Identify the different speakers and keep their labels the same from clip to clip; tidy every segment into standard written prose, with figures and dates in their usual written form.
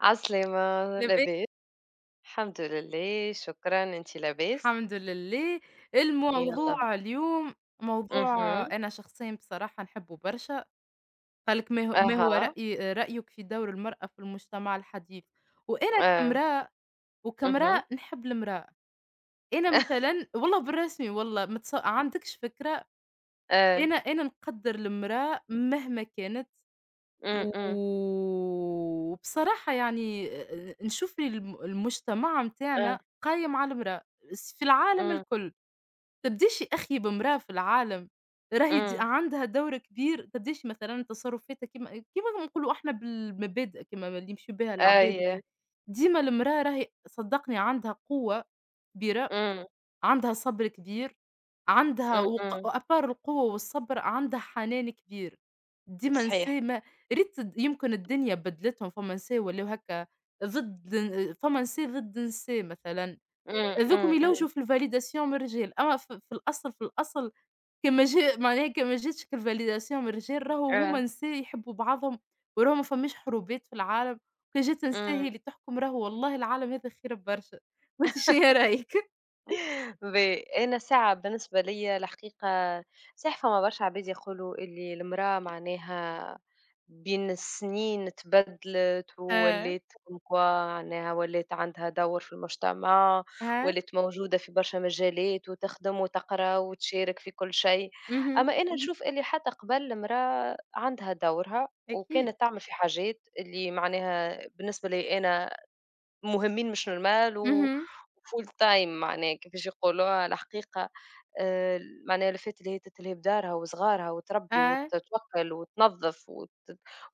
Speaker 1: عسلامة،
Speaker 2: لباس.
Speaker 1: لاباس؟ الحمد لله، شكرًا، أنتِ لاباس؟
Speaker 2: الحمد لله.
Speaker 1: يالّا، الحمد لله.
Speaker 2: الموضوع اليوم موضوع
Speaker 1: اهم،
Speaker 2: أنا شخصيًا بصراحة نحبه برشا، قالك ما هو
Speaker 1: أها،
Speaker 2: رأيك في دور المرأة في المجتمع الحديث؟ وأنا
Speaker 1: آه،
Speaker 2: كامرأة وكامرأة
Speaker 1: اهم،
Speaker 2: نحب المرأة. أنا مثلًا والله بالرسمي والله ما تص عندكش فكرة.
Speaker 1: آه،
Speaker 2: أنا نقدّر المرأة مهما كانت،
Speaker 1: إمم،
Speaker 2: و وبصراحة يعني نشوف المجتمع
Speaker 1: آه،
Speaker 2: متاعنا قايم على المرأة، في العالم
Speaker 1: إمم،
Speaker 2: الكل. تبديش يا أخي بامرأة في العالم، راهي
Speaker 1: إمم،
Speaker 2: عندها دور كبير، تبديش مثلًا تصرفاتها كيما ما نقولوا إحنا بالمبادئ كيما اللي يمشيو بها العباد وكذا.
Speaker 1: أيوه،
Speaker 2: ديما المرأة راهي صدّقني عندها قوة كبيرة،
Speaker 1: إمم،
Speaker 2: عندها صبر كبير، عندها وق
Speaker 1: إمم،
Speaker 2: apart القوة والصبر عندها حنان كبير. ديما
Speaker 1: صحيح،
Speaker 2: نساء ما ريت د يمكن الدنيا بدلتهم، فما نساء ولاو هكا ضد فما نساء ضد نساء مثلًا.
Speaker 1: إمم،
Speaker 2: هاذوكم
Speaker 1: إمم،
Speaker 2: يلوجوا في الvalidation من الرجال، أما في الأصل كان ما جاتش الvalidation من الرجال راهو هُم
Speaker 1: آه،
Speaker 2: نساء يحبّوا بعضهم، وراهو ما فماش حروبات في العالم، وكان جات نساء
Speaker 1: إمم.
Speaker 2: هي اللي تحكم راهو والله العالم هذا خير برشا. وأنتِ شنيا رأيِك؟
Speaker 1: باهي. أنا ساعة بالنسبة ليا الحقيقة صحيح. فما برشا عباد يقولوا اللي المرأة معناها بين السنين تبدلت
Speaker 2: آه،
Speaker 1: وولات كوم كوا، معناها ولات عندها دور في المجتمع،
Speaker 2: آه،
Speaker 1: ولات موجودة في برشا مجالات وتخدم وتقرأ وتشارك في كل شيء.
Speaker 2: اهم،
Speaker 1: أما أنا مهم. نشوف اللي حتى قبل المرأة عندها دورها،
Speaker 2: أكيد،
Speaker 1: وكانت تعمل في حاجات اللي معناها بالنسبة لي أنا مهمين مش نورمال، و
Speaker 2: اهم،
Speaker 1: full time معناها كيفاش يقولوها الحقيقة، آآ، معناها الفات اللي هي تتلهي بدارها وصغارها وتربي
Speaker 2: آه،
Speaker 1: وتتوكل وتنظف وت،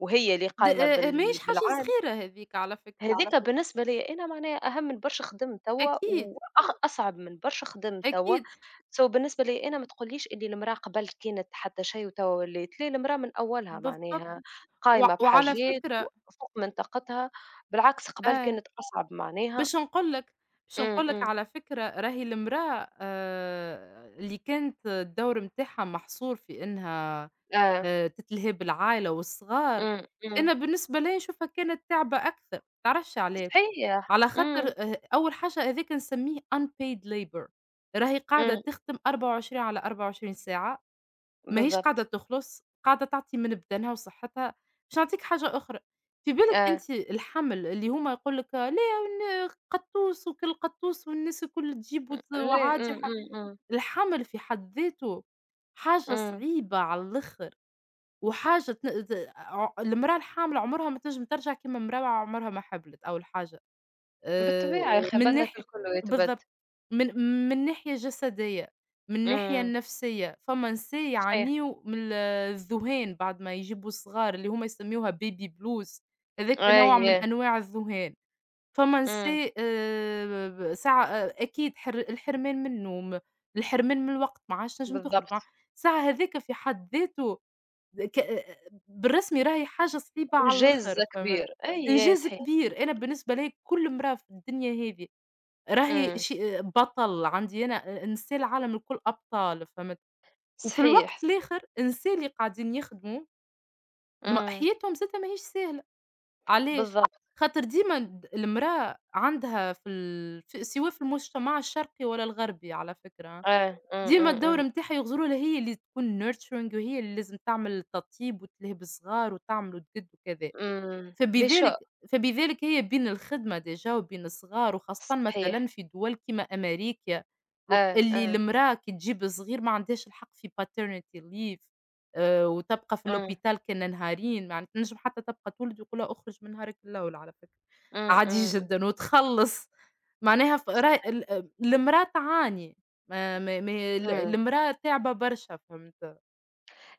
Speaker 1: وهي اللي
Speaker 2: د
Speaker 1: قايمة
Speaker 2: ماهيش حاجة
Speaker 1: بالعالم.
Speaker 2: صغيرة هاذيك على فكرة.
Speaker 1: هاذيك تعرفي بالنسبة ليا أنا معناها أهم من برشا خدم توا،
Speaker 2: أكيد،
Speaker 1: وأخ أصعب من برشا خدم توا.
Speaker 2: أكيد،
Speaker 1: So بالنسبة ليا أنا ما تقوليش اللي المرأة قبل كانت حتى شيء وتوا ولات، لا المرأة من أولها
Speaker 2: بالضبط،
Speaker 1: معناها قايمة
Speaker 2: وعلى
Speaker 1: بحاجات
Speaker 2: فكرة
Speaker 1: وفوق من طاقتها، بالعكس قبل
Speaker 2: آه.
Speaker 1: كانت أصعب معناها.
Speaker 2: باش نقول لك باش
Speaker 1: إمم،
Speaker 2: نقول لك على فكرة راهي المرأة اللي كانت الدور متاعها محصور في إنها
Speaker 1: آه.
Speaker 2: تتلهي بالعايلة والصغار.
Speaker 1: إمم،
Speaker 2: أنا بالنسبة ليا نشوفها كانت تعبة أكثر، ما تعرفش علاه،
Speaker 1: صحيح.
Speaker 2: على خاطر
Speaker 1: إمم،
Speaker 2: أول حاجة هاذاك نسميه unpaid labor. راهي قاعدة
Speaker 1: إمم.
Speaker 2: تخدم 24 على 24 ساعة، ما هيش قاعدة
Speaker 1: بالضبط.
Speaker 2: تخلُص، قاعدة تعطي من بدنها وصحتها. باش نعطيك حاجة أخرى، في بالك
Speaker 1: آه.
Speaker 2: أنتِ الحَمل اللي هُم يقول لك لا قطوس وكل قطوس والناس الكل تجيب
Speaker 1: إمم. ليه
Speaker 2: وعادي
Speaker 1: إمم، إمم،
Speaker 2: الحَمل في حد ذاته حاجة
Speaker 1: إمم.
Speaker 2: صعيبة على الآخر، وحاجة تن ت ع المرأة الحامل عمرها ما تنجم ترجع كيما المرأة عمرها ما حِملت أول حاجة.
Speaker 1: بالطبيعة يا
Speaker 2: م
Speaker 1: إمم. أخي
Speaker 2: من
Speaker 1: بدنا
Speaker 2: ناحية
Speaker 1: كل كلّه يتبد.
Speaker 2: بالضبط. من من ناحية جسدية، من ناحية
Speaker 1: إمم.
Speaker 2: النفسية، فما نساء
Speaker 1: صحيح.
Speaker 2: يعانيوا من الذُّهان بعد ما يجيبوا صغار، اللي هُم يسميوها baby blues. هذاك نوع من
Speaker 1: أي.
Speaker 2: أنواع الذُّهان. فما
Speaker 1: إمم.
Speaker 2: نساء ب ساعة أ أكيد الحرمان من النوم، الحرمان من الوقت، ما عادش تنجم تخرج،
Speaker 1: بالضبط.
Speaker 2: الساعة هذاك في حد ذاته ك بالرسمي راهي حاجة صعيبة على
Speaker 1: إنجاز
Speaker 2: الآخر، فهمت؟
Speaker 1: كبير. أي، أي
Speaker 2: إنجاز
Speaker 1: صحيح.
Speaker 2: كبير. أنا بالنسبة ليّا كل امرأة في الدنيا هذي راهي
Speaker 1: إمم.
Speaker 2: ش بطل. عندي أنا نساء العالم الكل أبطال، فهمت؟ وفي
Speaker 1: صحيح،
Speaker 2: الوقت
Speaker 1: صحيح.
Speaker 2: الآخر النساء اللي قاعدين يخدموا ما
Speaker 1: إمم.
Speaker 2: حياتهم زادة ماهيش سهلة. علاش؟
Speaker 1: بالضبط.
Speaker 2: خاطر ديما المرأة عندها في ال ف سواء في المجتمع الشرقي ولا الغربي على فكرة.
Speaker 1: آه. إمم،
Speaker 2: ديما
Speaker 1: إمم،
Speaker 2: الدور نتاعها يغزروا لها هي اللي تكون nurturing وهي اللي لازم تعمل التطيب وتلهب الصغار وتعمل وتقد وكذا.
Speaker 1: إمم.
Speaker 2: فبذلك
Speaker 1: بشوق.
Speaker 2: فبذلك هي بين الخدمة ديجا وبين الصغار وخاصةً مثلًا
Speaker 1: صحيح.
Speaker 2: في دول كيما أمريكا
Speaker 1: آه،
Speaker 2: اللي
Speaker 1: آه.
Speaker 2: المرأة كي تجيب صغير ما عندهاش الحق في paternity leave. وتبقى في
Speaker 1: إمم.
Speaker 2: الhopital كان نهارين، ما عن تنجم حتى تبقى تولد ويقول لها اخرج من نهارك الأول على فكرة.
Speaker 1: إمم،
Speaker 2: عادي
Speaker 1: إمم،
Speaker 2: جدًا وتخلّص. معناها راهي المرا تعاني، ما هي
Speaker 1: إمم.
Speaker 2: المرا تاعبة برشا فهمت؟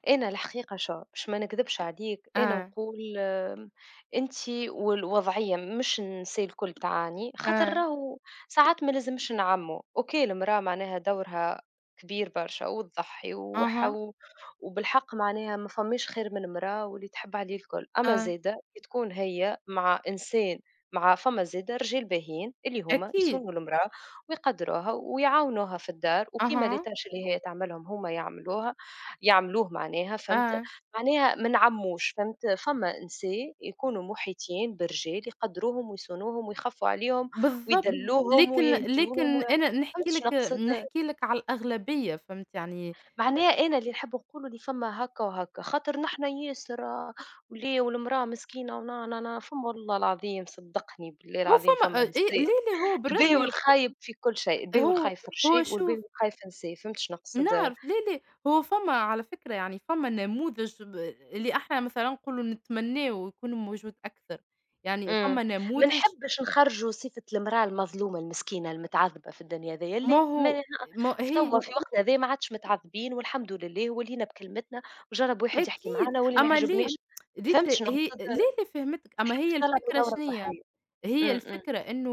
Speaker 1: أنا الحقيقة شو باش ما نكذبش عليك أنا
Speaker 2: آه،
Speaker 1: نقول أنتِ والوضعية مش النساء الكل تعاني، خاطر
Speaker 2: آه،
Speaker 1: راهو ساعات ما لازمش نعمّو. أوكي، المرأة معناها دورها كبير برشا وتضحي وح
Speaker 2: أها،
Speaker 1: و، وبالحق معناها ما فماش خير من المرأة واللي تحب عليه الكل، أما
Speaker 2: آه،
Speaker 1: زادة كي تكون هي مع إنسان، مع فما زادة رجال باهيين اللي هُما
Speaker 2: أكيد،
Speaker 1: يصونوا المرأة ويقدّروها ويعاونوها في الدار، وكيما les
Speaker 2: أها،
Speaker 1: tâches اللي هي تعملهم هُما يعملوها. يعملوه معناها، فهمت؟
Speaker 2: آه،
Speaker 1: معناها ما نعمّوش، فهمت؟ فما نساء يكونوا محيطين برجال يقدّروهم ويصونوهم ويخفّوا عليهم
Speaker 2: بالضبط.
Speaker 1: ويدلّوهم
Speaker 2: لكن
Speaker 1: ويهديوا
Speaker 2: لكن
Speaker 1: لهم و،
Speaker 2: أنا
Speaker 1: فهمت
Speaker 2: نحكي
Speaker 1: شنو
Speaker 2: لك،
Speaker 1: نقصد؟
Speaker 2: نحكي لك على الأغلبية فهمت يعني.
Speaker 1: معناها أنا اللي نحب نقول اللي فما هكا وهكا، خاطر نحن ياسر آه، ولي والمرأة مسكينة ونا، نا، نا، فما والله العظيم صدّقني بالله
Speaker 2: هو
Speaker 1: العظيم
Speaker 2: فما
Speaker 1: فما
Speaker 2: أ إيه
Speaker 1: نساء
Speaker 2: لا، لا هو
Speaker 1: الباهي
Speaker 2: بالرسمي.
Speaker 1: والخايب في كل شيء، الباهي
Speaker 2: هو
Speaker 1: والخايب في
Speaker 2: هو
Speaker 1: الرجال والباهي
Speaker 2: شوف
Speaker 1: والخايب في النساء، فهمت شنو نقصد؟
Speaker 2: نعرف لا، لا. هو فما على فكرة يعني فما نموذج ب اللي إحنا مثلًا نقولوا نتمناه يكون موجود أكثر، يعني
Speaker 1: إمم،
Speaker 2: فما
Speaker 1: ما
Speaker 2: نموذج.
Speaker 1: نحبش نخرّجوا صفة المرأة المظلومة المسكينة المتعذبة في الدنيا هذيا
Speaker 2: ما
Speaker 1: اللي
Speaker 2: هو
Speaker 1: ما
Speaker 2: ما هي
Speaker 1: توا في وقتنا هذا ما عادش متعذبين والحمد لله ولينا بكلمتنا، وجرّب واحد يحكي
Speaker 2: أكيد.
Speaker 1: معانا واللي ما
Speaker 2: أمّا ليه
Speaker 1: يعجبنيش.
Speaker 2: ريت
Speaker 1: فهمت شنو
Speaker 2: هي
Speaker 1: نقصد؟
Speaker 2: ليه
Speaker 1: ما
Speaker 2: اللي فهمتِك، أمّا هي
Speaker 1: نحبش نلعبوا
Speaker 2: الفكرة
Speaker 1: دورة
Speaker 2: شنيّة؟
Speaker 1: صحية.
Speaker 2: هي
Speaker 1: إمم،
Speaker 2: الفكرة إنه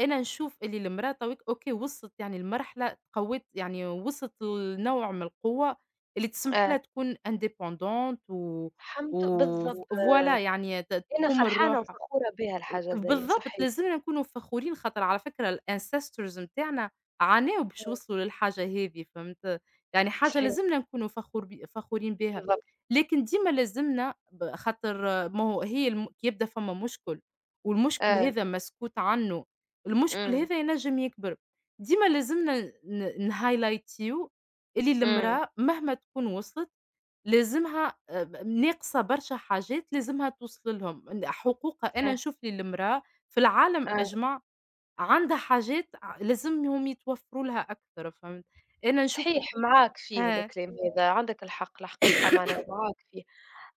Speaker 2: أنا نشوف اللي المرأة تويك أوكي وصلت يعني لمرحلة قوّت يعني وصلت لنوع من القوة اللي تسمح لها
Speaker 1: آه،
Speaker 2: تكون indépendante و
Speaker 1: الحمد
Speaker 2: و
Speaker 1: بالضبط،
Speaker 2: ف فوالا
Speaker 1: آآ،
Speaker 2: يعني
Speaker 1: أنا
Speaker 2: تقوم
Speaker 1: فرحانة
Speaker 2: لروحها.
Speaker 1: وفخورة بها الحاجة هذيا
Speaker 2: بالضبط،
Speaker 1: صحيح.
Speaker 2: لازمنا نكونوا فخورين خاطر على فكرة الancestors نتاعنا عاناو باش
Speaker 1: إمم،
Speaker 2: يوصلوا للحاجة هذي فهمت، يعني حاجة
Speaker 1: صحيح
Speaker 2: لازمنا نكونوا فخورين بيها.
Speaker 1: بالضبط،
Speaker 2: لكن ديما لازمنا خاطر آه، ما هو هي الم كي يبدا فما مشكل والمشكل
Speaker 1: آه،
Speaker 2: هذا مسكوت عنه، المشكل
Speaker 1: إمم،
Speaker 2: هذا ينجم يكبر. ديما لازمنا ن ن نhighlightيو اللي
Speaker 1: إمم،
Speaker 2: المرأة مهما تكون وصلت لازمها ب ناقصة برشا حاجات لازمها توصل لهم، حقوقها. أنا
Speaker 1: صحيح،
Speaker 2: نشوف لي المرأة في العالم
Speaker 1: آه.
Speaker 2: أجمع عندها حاجات لازمهم يتوفروا لها أكثر فهمت؟ أنا نشوف
Speaker 1: صحيح معاك فيه
Speaker 2: آه.
Speaker 1: الكلام هذا، عندك الحق الحقيقة معناها معاك فيه.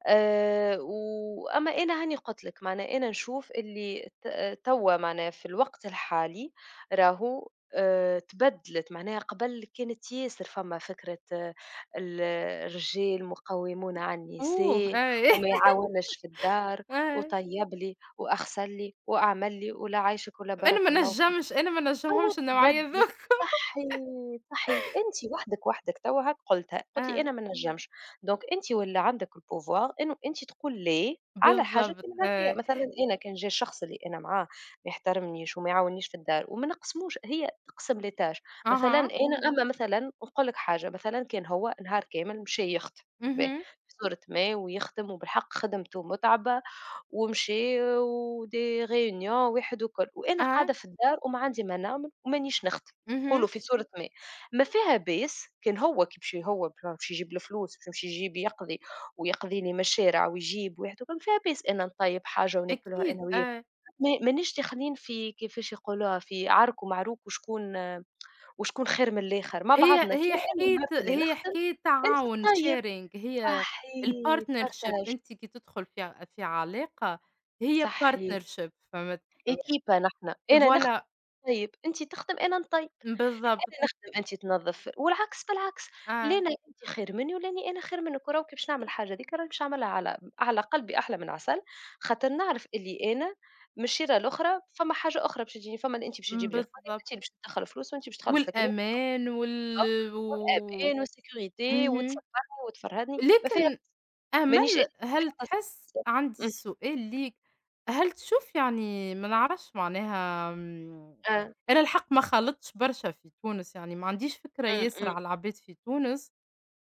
Speaker 1: وأما أنا هاني قُلت لك معناها أنا نشوف اللي توا معناها في الوقت الحالي راهو تبدلت. معناها قبل كانت ياسر فما فكرة آه، ال الرجال مقوّمون على
Speaker 2: أوه!
Speaker 1: النساء،
Speaker 2: أي
Speaker 1: وما يعاونش في الدار
Speaker 2: آه،
Speaker 1: وطيّب لي وأغسل لي وأعمل لي، ولا عايشِك ولا بارك الله فيك.
Speaker 2: أنا ما
Speaker 1: توا
Speaker 2: نجمهمش النوعية
Speaker 1: تبدلت.
Speaker 2: ذوك
Speaker 1: صحي، صحي أنتِ وحدك، وحدك توا هاك قُلتها، قُلت لي
Speaker 2: آه،
Speaker 1: أنا ما نجمش. دونك أنتِ واللي عندك الpower إنه أنتِ تقول لا على حاجات
Speaker 2: بالضبط
Speaker 1: اللي معناتها
Speaker 2: آه،
Speaker 1: مثلًا أنا كان جا الشخص اللي أنا معاه ما يحترمنيش وما يعاونيش في الدار وما نقسموش هي تقسم les tâches. مثلًا
Speaker 2: أها،
Speaker 1: أنا أما مثلًا نقول لك حاجة، مثلًا كان هو نهار كامل مشى يخدم، باهي،
Speaker 2: اهم،
Speaker 1: في صورة ما ويخدم وبالحق خدمته متعبة، ومشي وdes réunions واحد وكل، وأنا
Speaker 2: آه،
Speaker 1: قاعدة في الدار وما عندي ما نعمل ومانيش نخدم،
Speaker 2: اهم،
Speaker 1: نقولوا في صورة ما، ما فيها بأس. كان هو كي باش هو باش يجيب الفلوس، باش يمشي يجيب يقضي ويقضي لي من الشارع ويجيب واحد وكل، ما فيها بأس. أنا نطيب حاجة وناكلها أنا
Speaker 2: أكيد
Speaker 1: وياه،
Speaker 2: آه.
Speaker 1: ما مانيش داخلين في كيفاش يقولوها في عرك ومعروك وشكون آه، وشكون خير من الآخر. مع
Speaker 2: هي
Speaker 1: بعضنا كيما
Speaker 2: هي
Speaker 1: أنا
Speaker 2: حكاية
Speaker 1: النهار اللي
Speaker 2: هي
Speaker 1: نخدم
Speaker 2: حكاية
Speaker 1: أنت
Speaker 2: تعاون
Speaker 1: تطيب،
Speaker 2: sharing. هي
Speaker 1: صحيت
Speaker 2: الpartnership،
Speaker 1: partage،
Speaker 2: أنتِ كي تدخل في علاقة هي
Speaker 1: صحيت،
Speaker 2: partnership فهمت؟
Speaker 1: équipe نحن، أنا نخدم
Speaker 2: فوالا
Speaker 1: طيب، أنتِ تخدم أنا نطيب،
Speaker 2: بالضبط.
Speaker 1: أنا نخدم أنتِ تنظّف والعكس بالعكس،
Speaker 2: آه،
Speaker 1: لأنا أنتِ خير مني ولاني أنا خير منِك. وراهو كي باش نعمل الحاجة ذيكا راني باش نعملها على قلبي أحلى من عسل، خاطر نعرف اللي أنا من الشيرة الأخرى فما حاجة أخرى باش تجيني، فما اللي أنتِ باش تجيب لي قاضي،
Speaker 2: بالضبط.
Speaker 1: وأنتِ اللي باش تدخّل فلوس، وأنتِ باش تخلّص الكريم
Speaker 2: والأمان وال و
Speaker 1: وأمان وسيكوريتي
Speaker 2: اهم.
Speaker 1: وتصبّرني وتفرهدني، ما فيها.
Speaker 2: لكن
Speaker 1: مانيش أنا
Speaker 2: أمل
Speaker 1: في
Speaker 2: هل
Speaker 1: الحصة
Speaker 2: تحس
Speaker 1: السادسة.
Speaker 2: عندي
Speaker 1: اهم،
Speaker 2: سؤال ليك، هل تشوف يعني ما نعرفش معناها
Speaker 1: آه،
Speaker 2: أنا الحق ما خالطتش برشا في تونس يعني ما عنديش فكرة
Speaker 1: إمم،
Speaker 2: ياسر
Speaker 1: إمم،
Speaker 2: على العباد في تونس.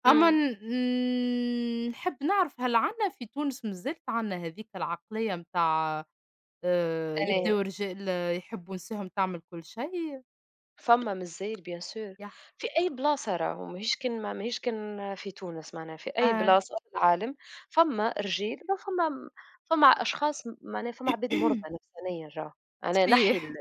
Speaker 2: أمّا
Speaker 1: إمم،
Speaker 2: نحب نعرف هل عندنا في تونس مازالت عندنا هاذيك العقلية متاع
Speaker 1: أنا
Speaker 2: يبداو الرجال يحبوا نساهم تعمل كل شيء؟
Speaker 1: فما من الجزاير bien sûr.
Speaker 2: يح
Speaker 1: في أي بلاصة راهو ماهيش كان ما ماهيش كان في تونس، معناها في أي
Speaker 2: آه،
Speaker 1: بلاصة في العالم فما رجال وفما فما أشخاص، معناها فما عباد مرضى نفسانيًا راهو. أنا نحي ال
Speaker 2: صحيح.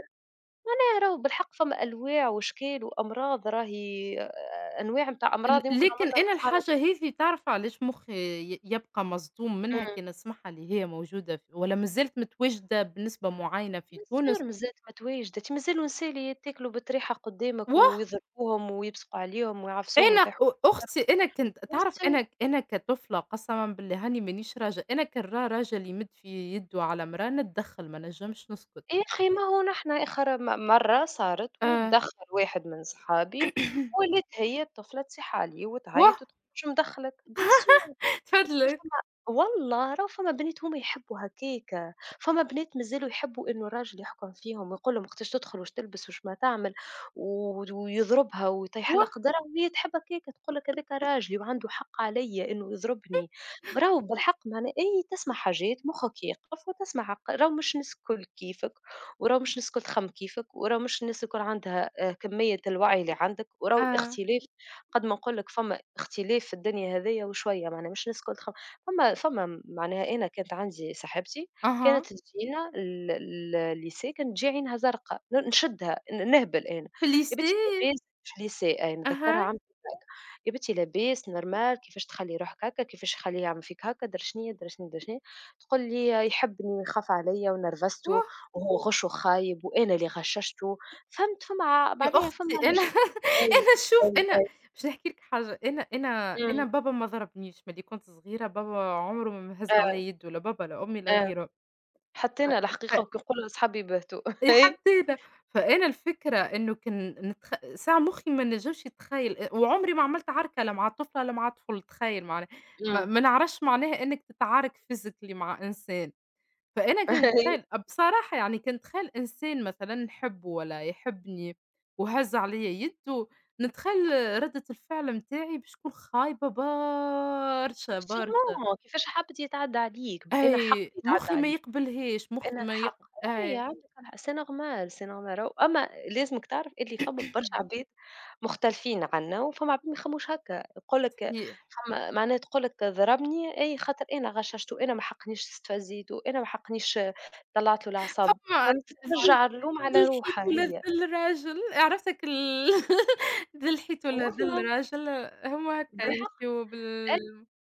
Speaker 1: آه، راهو بالحق فما أنواع وأشكال وأمراض راهي آه، أنواع متاع أمراض يمكن
Speaker 2: لكن
Speaker 1: عمرنا ما
Speaker 2: أنا
Speaker 1: سمعنا
Speaker 2: الحاجة
Speaker 1: بها.
Speaker 2: هذي تعرف علاش مخي يبقى مصدوم منها
Speaker 1: إمم.
Speaker 2: كي نسمعها اللي هي موجودة والّا مازالت متواجدة بنسبة معينة في
Speaker 1: Bien sûr
Speaker 2: تونس.
Speaker 1: مازالت متواجدة. أنتِ مازالوا نسال يتاكلوا بالطريحة قدامك
Speaker 2: و
Speaker 1: ويضربوهم ويبصقوا عليهم ويعفسوهم
Speaker 2: أنا
Speaker 1: ويطيحوا
Speaker 2: أ
Speaker 1: بالضرب
Speaker 2: أختي أنا كنت
Speaker 1: bien
Speaker 2: تعرف،
Speaker 1: sûr.
Speaker 2: أنا كطفلة قسمًا بالله هاني مانيش راجل، أنا كان راجل يمد في يده على امرأة نتدخّل ما نجمش نسكت.
Speaker 1: يا أخي ما هو نحن آخر مرّة صارت
Speaker 2: آآ
Speaker 1: واتدخّل واحد من صحابي، ولات هي الطفلة تصيح عليه
Speaker 2: واه،
Speaker 1: وتعيط وتقول مش مدخّلك، bien sûr.
Speaker 2: تفضلي.
Speaker 1: فما والله راهو فما بنات هما يحبوا هكاكا، فما بنات مازالوا يحبوا إنه الراجل يحكم فيهم ويقول لهم وقتاش تدخل واش تلبس واش ما تعمل، و ويضربها ويطيح لها
Speaker 2: واه
Speaker 1: قدرها، وهي تحب هكاكا تقول لك هذاكا راجلي وعنده حق عليَّ إنه يضربني. راهو بالحق معناها أي تسمع حاجات مخك يقف، وتسمع عق راهو مش الناس الكل كيفك، وراهو مش الناس الكل تخمم كيفك، وراهو مش الناس الكل عندها كمية الوعي اللي عندك، وراهو
Speaker 2: آه،
Speaker 1: الاختلاف قد ما نقول لك فما اختلاف في الدنيا هذيا، وشوية معناها مش الناس الكل تخم. فما معناها أنا كانت عندي صاحبتي
Speaker 2: أها،
Speaker 1: كانت تجينا ال ال الليسي، كانت تجي عينها زرقا نشدها نهبل أنا.
Speaker 2: في
Speaker 1: يا بنتي
Speaker 2: الlycée،
Speaker 1: لاباس في الليسي، أي نتذكرها
Speaker 2: أها،
Speaker 1: عملت هكا. يا بنتي لاباس نورمال، كيفاش تخلي روحك هكا، كيفاش تخليه يعمل فيك هكا، درا شنيا، درا شنيا، درا شنيا، تقول لي يحبني ويخاف عليا ونرفزته
Speaker 2: واه
Speaker 1: وهو غش وخايب وأنا اللي غششته. فهمت، فما
Speaker 2: يا
Speaker 1: معناها فما
Speaker 2: أختي أنا
Speaker 1: رج، أي،
Speaker 2: أنا شوف
Speaker 1: أي،
Speaker 2: أنا
Speaker 1: أي،
Speaker 2: باش نحكي لِك حاجة. أنا
Speaker 1: إمم،
Speaker 2: بابا ما ضربنيش ملي كنت صغيرة، بابا عمره ما هَز
Speaker 1: أي.
Speaker 2: عليَّ يده، لا بابا لا أمي لا
Speaker 1: آه،
Speaker 2: غيرهم. ف
Speaker 1: حطينا
Speaker 2: ف
Speaker 1: الحقيقة وكيقولوا أصحابي بهتوا أي
Speaker 2: حطينا. فأنا الفكرة إنه كان نتخ ساعة مُخّي ما نجمش يتخيّل وعمري ما عملت عركة لا مع طفلة لا مع طفل تخيّل معناها، ما
Speaker 1: إمم.
Speaker 2: ما نعرفش معناها إنّك تتعارك physically مع إنسان. فأنا كنت
Speaker 1: أي
Speaker 2: أتخيّل بصراحة يعني كنت أتخيّل إنسان مثلًا نحبّه والّا يحبّني وهَز عليَّ يده، نتخيّل ردة الفعل متاعي باش تكون خايبة برشا.
Speaker 1: Sûrement كيفاش حَبّ يتعدّى عليك، بأن حق
Speaker 2: أي
Speaker 1: يتعدّى
Speaker 2: مُخّي ما
Speaker 1: عليك،
Speaker 2: يقبلهاش،
Speaker 1: بأن
Speaker 2: مُخّي ما يق
Speaker 1: الحق أي
Speaker 2: أي
Speaker 1: عندك الحق c'est normal c'est normal راهو، أما لازمك تعرف اللي فما برشا عباد مختلفين عنا، وفما عباد ما يخمموش هكا، يقول لك
Speaker 2: صحيح.
Speaker 1: فما معناها تقول لك ضربني أي خاطر أنا غششته، أنا ما حقنيش استفزيته، أنا ما حقنيش طلّعت له الأعصاب،
Speaker 2: فما
Speaker 1: فهمت ترجع اللوم على
Speaker 2: ذلحي
Speaker 1: روحها
Speaker 2: ولا
Speaker 1: هي.
Speaker 2: ذل راجل، عرفتك ال ذلحيت ولا ذل
Speaker 1: والله
Speaker 2: راجل، هُما هكا
Speaker 1: بالحق.
Speaker 2: يمشيو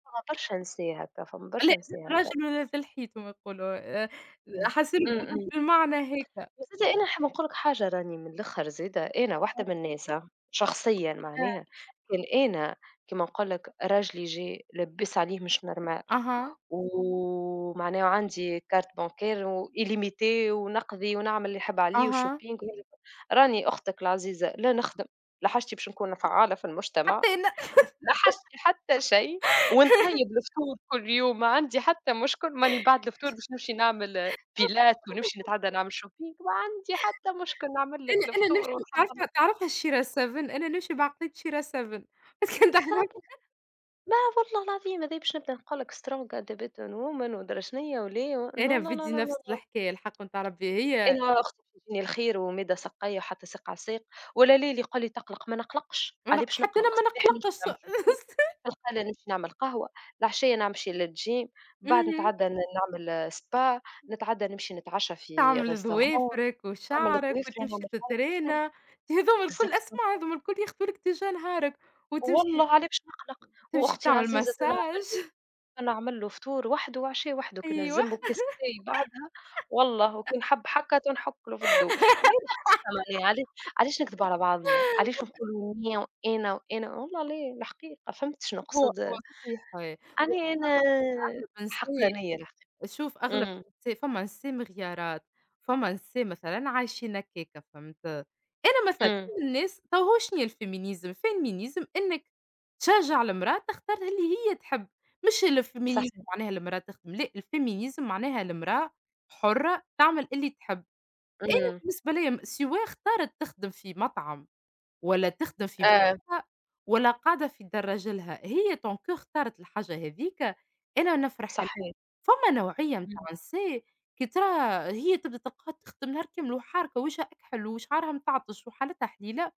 Speaker 1: ما نقدرش ننساه هاكا، فما ما
Speaker 2: لأ،
Speaker 1: نقدرش ننساه
Speaker 2: ذل
Speaker 1: هاكا.
Speaker 2: راجل ولا ذلحيت هُما يقولوا آآ،
Speaker 1: إمم.
Speaker 2: حاسين
Speaker 1: إمم، إمم.
Speaker 2: بالمعنى هيك. آه،
Speaker 1: بس زادة أنا نحب نقول لك حاجة راني من الآخر زادة، أنا واحدة من الناس آه، شخصيًا معناها كان أنا كيما نقول لك راجلي جه لبّس عليه مش normal،
Speaker 2: أها،
Speaker 1: ومعناها وعندي carte bancaire وillimité، ونقضي ونعمل اللي نحب عليه
Speaker 2: أها،
Speaker 1: وshopping راني أختك العزيزة لا نخدم، لا حاجتي باش نكون فعّالة في المجتمع.
Speaker 2: حتى أنا.
Speaker 1: لا حش حتى شيء، ونطيب الفطور كل يوم، ما عندي حتى مشكل. ماني بعد الفطور باش نمشي نعمل آه، بيلات ونمشي نتعدى نعمل شوبينج، ما عندي حتى مشكل. نعمل لك
Speaker 2: أنا أنا
Speaker 1: الفطور
Speaker 2: نمشي
Speaker 1: ونحضّر
Speaker 2: تعرفها
Speaker 1: لك
Speaker 2: تعرفها شيرا 7 أنا نمشي بعقلية شيرا 7 بس كان تعرف
Speaker 1: بالضبط. ما والله العظيم هذايا باش نبدا نقول لك strong independent woman، ومدري شنيا وليه و no
Speaker 2: أنا
Speaker 1: no no
Speaker 2: بدي
Speaker 1: no
Speaker 2: نفس
Speaker 1: no.
Speaker 2: الحكاية الحق نتاع ربي هي.
Speaker 1: أنا أختي تجيني الخير وماده سقاية وحتى ساق عساق، ولا ليل يقول لي: "تقلق." ما نقلقش،
Speaker 2: ما
Speaker 1: عليه
Speaker 2: نق
Speaker 1: باش
Speaker 2: حتى
Speaker 1: نقلق؟
Speaker 2: أنا ما
Speaker 1: الصباح نمشي
Speaker 2: نقلقش
Speaker 1: نعمل شوبينغ، في القاله نمشي نعمل قهوة، العشية نمشي للجيم، بعد
Speaker 2: اهم.
Speaker 1: نتعدى نعمل spa، نتعدى نمشي نتعشى في
Speaker 2: تعمل
Speaker 1: ريستورون،
Speaker 2: ظوافرك
Speaker 1: نعمل
Speaker 2: وشعرك
Speaker 1: ضوافري،
Speaker 2: وتمشي
Speaker 1: نعمل
Speaker 2: تترينى،
Speaker 1: شنيا
Speaker 2: هاذوما الكل أسمع
Speaker 1: exactement.
Speaker 2: هاذوما الكل ياخدولك تجاه نهارك، وتمشي
Speaker 1: والله عليه باش نقلق؟
Speaker 2: تمشي
Speaker 1: وأختي
Speaker 2: تعمل
Speaker 1: العزيزة تو
Speaker 2: مساج
Speaker 1: نعمل له فطور وحده وعشاء وحده، كي
Speaker 2: أيوه.
Speaker 1: نلزمه كيس شاي بعدها والله، وكي نحب حكة نحك له في الدوش. ليه الحقيقة معناها علاش، علاش نكذبوا على بعضنا؟ علاش نقولوا أنا وأنا وأنا والله ليه الحقيقة، فهمت شنو
Speaker 2: هو هو
Speaker 1: نقصد؟
Speaker 2: صحيح
Speaker 1: يعني أنا
Speaker 2: وأغلب النساء،
Speaker 1: حقانية الحقيقة.
Speaker 2: شوف أغلب
Speaker 1: إمم،
Speaker 2: النسا فما نسا مغيارات، فما نسا مثلًا عايشين هكاكا فهمت؟ أنا مثلًا
Speaker 1: إمم،
Speaker 2: من الناس. تو هو شنيا الfeminism؟ الfeminism إنك تشجّع المرأة تختار اللي هي تحب، مش الfeminism
Speaker 1: صحيح،
Speaker 2: معناها المرأة تخدم، لأ الfeminism معناها المرأة حرة تعمل اللي تحب.
Speaker 1: إمم،
Speaker 2: بالنسبة ليا سواء اختارت تخدم في مطعم ولا تخدم في
Speaker 1: آه،
Speaker 2: بنكة، ولا قاعدة في الدراجة لها، هي طونكو اختارت الحاجة هاذيك، أنا نفرح لها.
Speaker 1: صحيح،
Speaker 2: فما نوعية متاع
Speaker 1: إمم،
Speaker 2: نساء كي تراها هي تبدا تلقاها تخدم نهار كامل وحاركة وجهها أكحل وشعرها متعطش وحالتها حليلة،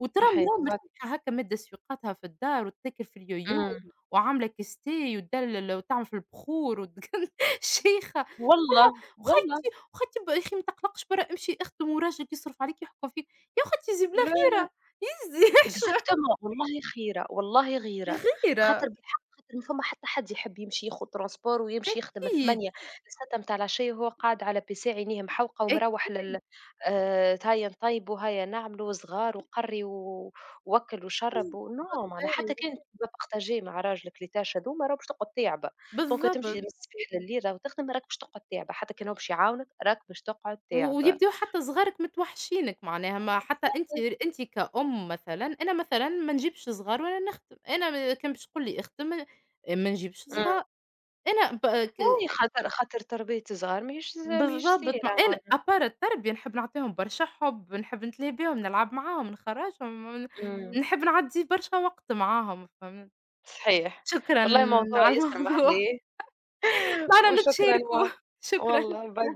Speaker 2: وترى
Speaker 1: صحيح،
Speaker 2: المرا
Speaker 1: وبعد
Speaker 2: مرتاحة هاكا مادة سيقاتها في الدار وتتكل في اليويو
Speaker 1: إمم،
Speaker 2: وعاملة كاستي وتدلل وتعمل في البخور شيخة،
Speaker 1: والله،
Speaker 2: نقولها
Speaker 1: والله،
Speaker 2: وخالتي يا أخي ما تقلقش، برا امشي اخدم وراجلك يصرف عليك يحكم فيك. يا خالتي زي بلا
Speaker 1: لا.
Speaker 2: غيرة، يزي
Speaker 1: Exactement والله خيرة، والله غيرة، خاطر
Speaker 2: غيرة.
Speaker 1: بالحق خاطر ما فما حتى حد يحب يمشي ياخد ترونسبور ويمشي يخدم
Speaker 2: أكيد،
Speaker 1: ال08:00 للساعة متاع العشية، وهو قاعد على بيساه عينيه محوقة ومروّح
Speaker 2: أكيد،
Speaker 1: لل، هيا نطيبوا، هيا نعملوا صغار وقري و ووكّل وشرّب و non. معناها
Speaker 2: أي
Speaker 1: حتى كان تبقى partager مع راجلك الtâches هاذوما راهو باش تقعد تعبة. دونك تمشي
Speaker 2: بالضبط.
Speaker 1: من الصباح لليل راهو تخدم راك باش تقعد تعبة، حتى كان هو باش يعاونك راك باش تقعد تعبة.
Speaker 2: ويبداو حتى صغارِك متوحشينِك معناها. ما حتى أنتِ، أنتِ كأم مثلًا، أنا مثلًا ما نجيبش صغار وأنا نخدم، أنا م كان باش تقول لي اخدم ما نجيبش
Speaker 1: إمم.
Speaker 2: صغار. أنا ب ك
Speaker 1: إي خاطر خاطر تربية الصغار ماهيش ماهيش
Speaker 2: بالضبط.
Speaker 1: سهلة
Speaker 2: أنا
Speaker 1: معناها.
Speaker 2: à part التربية نحب نعطيهم برشا حُب، نحب نتلاهى بيهم، نلعب معاهم، نخرّجهم،
Speaker 1: إمم،
Speaker 2: نحب نعدّي برشا وقت معاهم، فهمت؟
Speaker 1: صحيح،
Speaker 2: شكرًا
Speaker 1: والله موضوع
Speaker 2: على
Speaker 1: ياسر
Speaker 2: الموضوع.
Speaker 1: محلاه
Speaker 2: طلعنا
Speaker 1: وشكرًا
Speaker 2: نتشاركوا.
Speaker 1: و
Speaker 2: شكرًا.
Speaker 1: والله باي.